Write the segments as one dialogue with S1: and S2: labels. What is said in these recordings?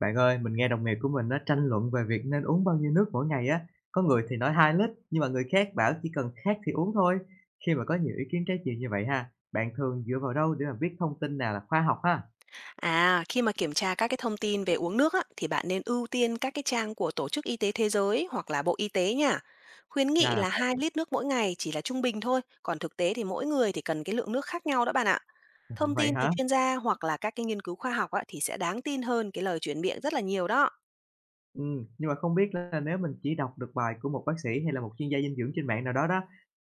S1: Bạn ơi, mình nghe đồng nghiệp của mình nó tranh luận về việc nên uống bao nhiêu nước mỗi ngày á. Có người thì nói 2 lít, nhưng mà người khác bảo chỉ cần khát thì uống thôi. Khi mà có nhiều ý kiến trái chiều như vậy ha, bạn thường dựa vào đâu để mà biết thông tin nào là khoa học ha?
S2: À, khi mà kiểm tra các cái thông tin về uống nước á, thì bạn nên ưu tiên các cái trang của Tổ chức Y tế Thế giới hoặc là Bộ Y tế nha. Khuyến
S1: Ra
S2: nghị
S1: là
S2: là 2
S1: vậy.
S2: lít nước mỗi ngày chỉ là trung bình thôi, còn thực tế thì mỗi người thì cần cái lượng nước khác nhau đó bạn ạ.
S1: Ủa,
S2: Thông
S1: vậy
S2: tin từ
S1: hả?
S2: chuyên gia hoặc là các cái nghiên cứu khoa học á, thì sẽ đáng tin hơn cái lời chuyển miệng rất là nhiều đó.
S1: Ừ, nhưng mà không biết là nếu mình chỉ đọc được bài của một bác sĩ hay là một chuyên gia dinh dưỡng trên mạng nào đó đó,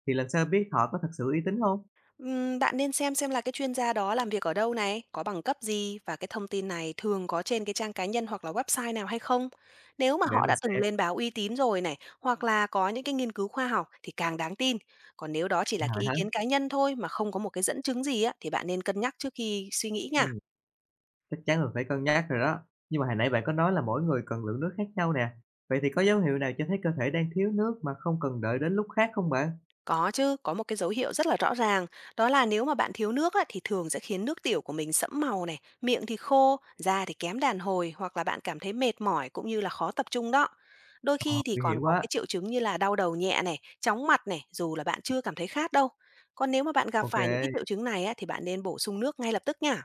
S1: thì làm sao biết họ có thật sự uy tín không?
S2: Bạn nên xem là cái chuyên gia đó làm việc ở đâu này, có bằng cấp gì và cái thông tin này thường có trên cái trang cá nhân hoặc là website nào hay không. Nếu mà
S1: Để
S2: họ
S1: mình
S2: đã từng
S1: xem.
S2: lên báo uy tín rồi này, hoặc là có những cái nghiên cứu khoa học thì càng đáng tin. Còn nếu đó chỉ
S1: À,
S2: là cái
S1: vậy
S2: ý
S1: hả?
S2: kiến cá nhân thôi mà không có một cái dẫn chứng gì á thì bạn nên cân nhắc trước khi suy nghĩ nha.
S1: Ừ. Chắc chắn là phải cân nhắc rồi đó. Nhưng mà hồi nãy bạn có nói là mỗi người cần lượng nước khác nhau nè. Vậy thì có dấu hiệu nào cho thấy cơ thể đang thiếu nước mà không cần đợi đến lúc khát không bạn?
S2: Có chứ, có một cái dấu hiệu rất là rõ ràng, đó là nếu mà bạn thiếu nước á, thì thường sẽ khiến nước tiểu của mình sẫm màu này, miệng thì khô, da thì kém đàn hồi hoặc là bạn cảm thấy mệt mỏi cũng như là khó tập trung đó. Đôi
S1: Ờ,
S2: khi thì
S1: nguy
S2: còn
S1: hiểm
S2: có
S1: quá.
S2: cái triệu chứng như là đau đầu nhẹ này, chóng mặt này, dù là bạn chưa cảm thấy khát đâu. Còn nếu mà bạn gặp phải những cái
S1: OK,
S2: triệu chứng này á, thì bạn nên bổ sung nước ngay lập tức nha.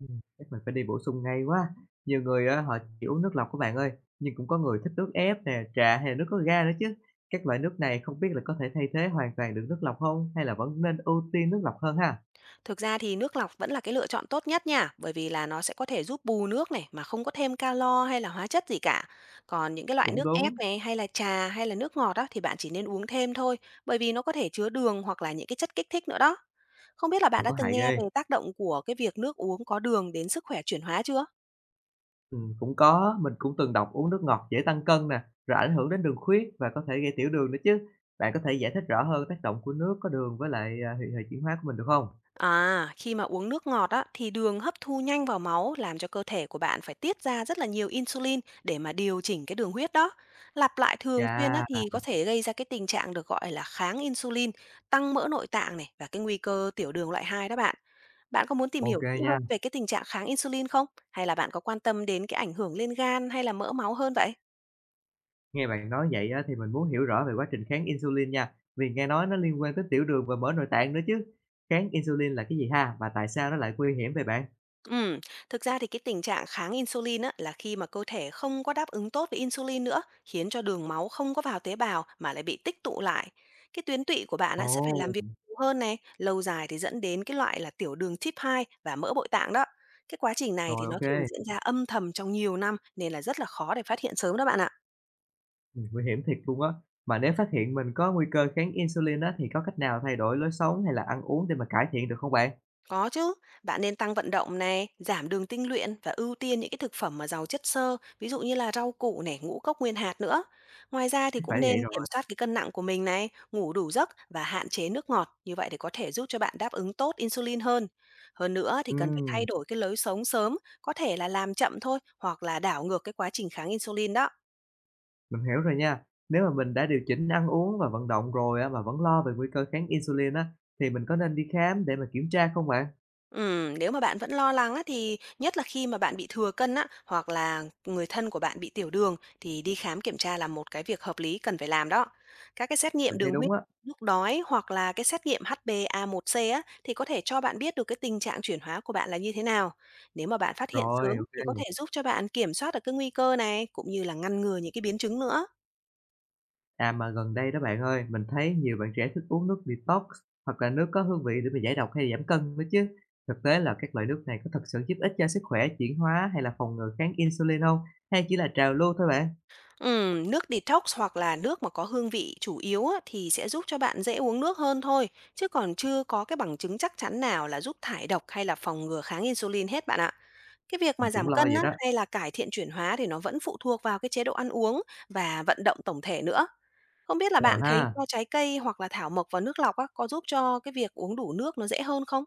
S1: chắc mình phải đi bổ sung ngay quá. Nhiều người á, họ chỉ uống nước lọc các bạn ơi, nhưng cũng có người thích nước ép nè, trà hay là nước có ga nữa chứ. Các loại nước này không biết là có thể thay thế hoàn toàn được nước lọc không hay là vẫn nên ưu tiên nước lọc hơn ha?
S2: Thực ra thì nước lọc vẫn là cái lựa chọn tốt nhất nha, bởi vì là nó sẽ có thể giúp bù nước này mà không có thêm calo hay là hóa chất gì cả. Còn những cái loại
S1: Cũng
S2: nước ép
S1: đúng,
S2: này hay là trà hay là nước ngọt đó thì bạn chỉ nên uống thêm thôi, bởi vì nó có thể chứa đường hoặc là những cái chất kích thích nữa đó. Không biết là
S1: mà
S2: bạn đã
S1: có
S2: từng
S1: hại
S2: nghe
S1: ghê.
S2: về tác động của cái việc nước uống có đường đến sức khỏe chuyển hóa chưa?
S1: Cũng có, mình cũng từng đọc uống nước ngọt dễ tăng cân nè, rồi ảnh hưởng đến đường huyết và có thể gây tiểu đường nữa chứ. Bạn có thể giải thích rõ hơn tác động của nước có đường với lại, hệ hệ chuyển hóa của mình được không?
S2: À, khi mà uống nước ngọt á, thì đường hấp thu nhanh vào máu làm cho cơ thể của bạn phải tiết ra rất là nhiều insulin để mà điều chỉnh cái đường huyết đó. Lặp lại thường xuyên
S1: Dạ
S2: á, thì có thể gây ra cái tình trạng được gọi là kháng insulin, tăng mỡ nội tạng này và cái nguy cơ tiểu đường loại 2 đó bạn. Bạn có muốn tìm
S1: ok
S2: hiểu kỹ
S1: nha.
S2: hơn về cái tình trạng kháng insulin không? Hay là bạn có quan tâm đến cái ảnh hưởng lên gan hay là mỡ máu hơn vậy?
S1: Nghe bạn nói vậy á thì mình muốn hiểu rõ về quá trình kháng insulin nha, vì nghe nói nó liên quan tới tiểu đường và mỡ nội tạng nữa chứ. Kháng insulin là cái gì ha? Và tại sao nó lại nguy hiểm vậy bạn?
S2: Ừm, Thực ra thì cái tình trạng kháng insulin á, là khi mà cơ thể không có đáp ứng tốt với insulin nữa, khiến cho đường máu không có vào tế bào mà lại bị tích tụ lại. Cái tuyến tụy của bạn á, sẽ phải
S1: Ồ,
S2: làm việc nhiều hơn này, lâu dài thì dẫn đến cái loại là tiểu đường type 2 và mỡ bội tạng đó. Cái quá trình này
S1: rồi
S2: thì
S1: ok
S2: nó thường
S1: kê,
S2: diễn ra âm thầm trong nhiều năm nên là rất là khó để phát hiện sớm đó bạn ạ.
S1: nguy hiểm thiệt luôn á. Mà nếu phát hiện mình có nguy cơ kháng insulin á thì có cách nào thay đổi lối sống hay là ăn uống để mà cải thiện được không bạn?
S2: Có chứ, bạn nên tăng vận động này, giảm đường tinh luyện và ưu tiên những cái thực phẩm mà giàu chất xơ, ví dụ như là rau củ này, ngũ cốc nguyên hạt nữa. Ngoài ra thì
S1: Phải
S2: cũng nên
S1: vậy
S2: kiểm
S1: rồi.
S2: soát cái cân nặng của mình này, ngủ đủ giấc và hạn chế nước ngọt, như vậy để có thể giúp cho bạn đáp ứng tốt insulin hơn. Hơn nữa thì cần phải
S1: Ừm,
S2: thay đổi cái lối sống sớm, có thể là làm chậm thôi hoặc là đảo ngược cái quá trình kháng insulin đó.
S1: mình hiểu rồi nha. Nếu mà mình đã điều chỉnh ăn uống và vận động rồi á, mà vẫn lo về nguy cơ kháng insulin á, thì mình có nên đi khám để mà kiểm tra không bạn?
S2: Nếu mà bạn vẫn lo lắng á, thì nhất là khi mà bạn bị thừa cân á, hoặc là người thân của bạn bị tiểu đường thì đi khám kiểm tra là một cái việc hợp lý cần phải làm đó. Các cái xét
S1: Mình
S2: nghiệm
S1: thấy
S2: đường
S1: đúng
S2: huyết
S1: á.
S2: lúc đói hoặc là cái xét nghiệm HbA1c á, thì có thể cho bạn biết được cái tình trạng chuyển hóa của bạn là như thế nào. Nếu mà bạn phát hiện
S1: Rồi,
S2: sớm
S1: ô.
S2: thì có thể giúp cho bạn kiểm soát được cái nguy cơ này cũng như là ngăn ngừa những cái biến chứng nữa.
S1: À, mà gần đây đó bạn ơi, mình thấy nhiều bạn trẻ thích uống nước detox hoặc là nước có hương vị để mà giải độc hay giảm cân nữa chứ. Thực tế là các loại nước này có thật sự giúp ích cho sức khỏe, chuyển hóa hay là phòng ngừa kháng insulin không? Hay chỉ là trào lưu thôi bạn?
S2: Nước detox hoặc là nước mà có hương vị chủ yếu á, thì sẽ giúp cho bạn dễ uống nước hơn thôi, chứ còn chưa có cái bằng chứng chắc chắn nào là giúp thải độc hay là phòng ngừa kháng insulin hết bạn ạ. Cái việc
S1: Mình
S2: mà
S1: cũng
S2: giảm
S1: lo
S2: cân
S1: vậy
S2: á,
S1: đó.
S2: hay là cải thiện chuyển hóa thì nó vẫn phụ thuộc vào cái chế độ ăn uống và vận động tổng thể nữa. Không biết là
S1: Ờ
S2: bạn thấy
S1: ha.
S2: cho trái cây hoặc là thảo mộc vào nước lọc á, có giúp cho cái việc uống đủ nước nó dễ hơn không?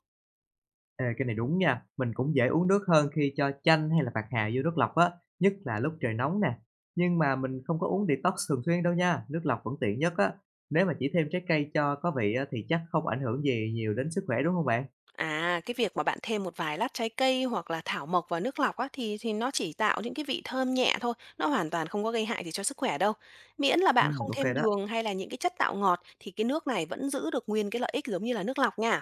S1: Ê, cái này đúng nha, mình cũng dễ uống nước hơn khi cho chanh hay là bạc hà vô nước lọc á, nhất là lúc trời nóng nè. Nhưng mà mình không có uống detox thường xuyên đâu nha, nước lọc vẫn tiện nhất á. Nếu mà chỉ thêm trái cây cho có vị á, thì chắc không ảnh hưởng gì nhiều đến sức khỏe đúng không bạn?
S2: À, cái việc mà bạn thêm một vài lát trái cây hoặc là thảo mộc vào nước lọc á, thì nó chỉ tạo những cái vị thơm nhẹ thôi, nó hoàn toàn không có gây hại gì cho sức khỏe đâu. Miễn là bạn không
S1: Ok
S2: thêm
S1: đó.
S2: đường hay là những cái chất tạo ngọt thì cái nước này vẫn giữ được nguyên cái lợi ích giống như là nước lọc nha.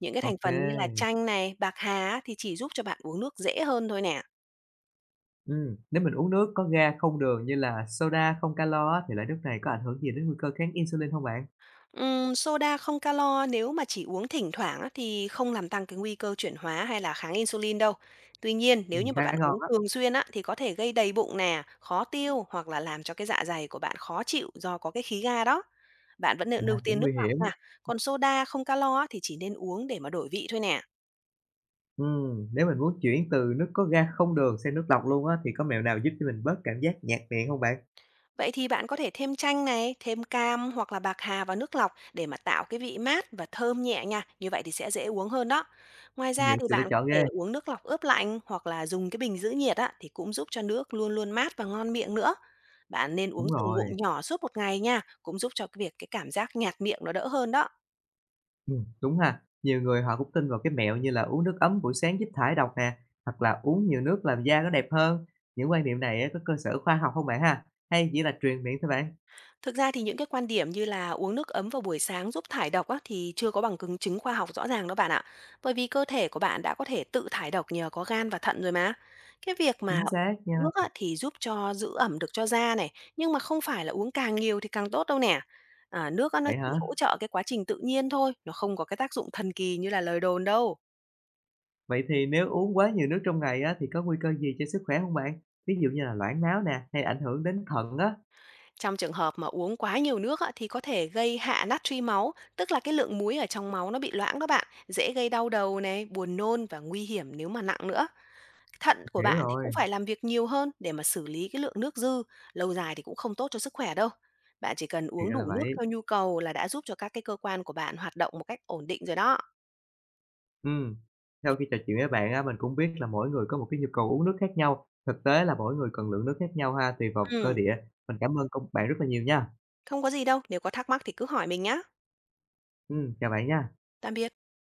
S2: Những cái thành phần như là
S1: Ok.
S2: chanh này, bạc hà á, thì chỉ giúp cho bạn uống nước dễ hơn thôi nè.
S1: Nếu mình uống nước có ga không đường như là soda không calo á, thì loại nước này có ảnh hưởng gì đến nguy cơ kháng insulin không bạn?
S2: Soda không calo nếu mà chỉ uống thỉnh thoảng á, thì không làm tăng cái nguy cơ chuyển hóa hay là kháng insulin đâu. Tuy nhiên, nếu như mà
S1: Khá
S2: bạn uống
S1: ngon á,
S2: thường xuyên á, thì có thể gây đầy bụng nè, khó tiêu hoặc là làm cho cái dạ dày của bạn khó chịu do có cái khí ga đó. Bạn vẫn nên
S1: à,
S2: ưu
S1: cũng
S2: tiên nước
S1: nguy
S2: lọc
S1: hiểm.
S2: nha. Còn soda không calo á, thì chỉ nên uống để mà đổi vị thôi nè.
S1: Nếu mình muốn chuyển từ nước có ga không đường sang nước lọc luôn á, thì có mẹo nào giúp cho mình bớt cảm giác nhạt miệng hông bạn?
S2: Vậy thì bạn có thể thêm chanh này, thêm cam hoặc là bạc hà vào nước lọc để mà tạo cái vị mát và thơm nhẹ nha. Như vậy thì sẽ dễ uống hơn đó. Ngoài
S1: Nhiều
S2: ra thì
S1: sự lựa
S2: bạn có
S1: chọn
S2: thể
S1: ghê.
S2: uống nước lọc ướp lạnh hoặc là dùng cái bình giữ nhiệt á, thì cũng giúp cho nước luôn luôn mát và ngon miệng nữa. Bạn nên uống
S1: Đúng
S2: từng ngụm
S1: rồi,
S2: nhỏ suốt một ngày nha, cũng giúp cho cái việc cái cảm giác nhạt miệng nó đỡ hơn đó.
S1: đúng ha. Nhiều người họ cũng tin vào cái mẹo như là uống nước ấm buổi sáng giúp thải độc nè, hoặc là uống nhiều nước làm da nó đẹp hơn. Những quan niệm này á có cơ sở khoa học hông bạn ha? Hay chỉ là truyền miệng thôi bạn?
S2: Thực ra thì những cái quan điểm như là uống nước ấm vào buổi sáng giúp thải độc á, thì chưa có bằng chứng chứng khoa học rõ ràng đâu bạn ạ. Bởi vì cơ thể của bạn đã có thể tự thải độc nhờ có gan và thận rồi mà. Cái việc mà
S1: Chính xác
S2: uống
S1: nha.
S2: nước á, thì giúp cho giữ ẩm được cho da này, nhưng mà không phải là uống càng nhiều thì càng tốt đâu nè. À, nước á, nó
S1: Vậy
S2: chỉ
S1: hả?
S2: hỗ trợ cái quá trình tự nhiên thôi, nó không có cái tác dụng thần kỳ như là lời đồn đâu.
S1: Vậy thì nếu uống quá nhiều nước trong ngày á, thì có nguy cơ gì cho sức khỏe hông bạn? Ví dụ như là loãng máu nè, hay ảnh hưởng đến thận á.
S2: Trong trường hợp mà uống quá nhiều nước á, thì có thể gây hạ natri máu, tức là cái lượng muối ở trong máu nó bị loãng đó bạn, dễ gây đau đầu này, buồn nôn và nguy hiểm nếu mà nặng nữa. Thận của
S1: Hiểu
S2: bạn thì cũng
S1: rồi,
S2: phải làm việc nhiều hơn để mà xử lý cái lượng nước dư, lâu dài thì cũng không tốt cho sức khỏe đâu. Bạn chỉ cần
S1: thì
S2: uống
S1: ra là
S2: đủ nước
S1: vậy.
S2: theo nhu cầu là đã giúp cho các cái cơ quan của bạn hoạt động một cách ổn định rồi đó.
S1: Ừm, sau khi trò chuyện với bạn á, mình cũng biết là mỗi người có một cái nhu cầu uống nước khác nhau, thực tế là mỗi người cần lượng nước khác nhau ha, tùy vào cơ
S2: Ừ,
S1: địa. Mình cảm ơn công bạn rất là nhiều nha.
S2: không có gì đâu, nếu có thắc mắc thì cứ hỏi mình nhá.
S1: Chào bạn nha.
S2: Tạm biệt.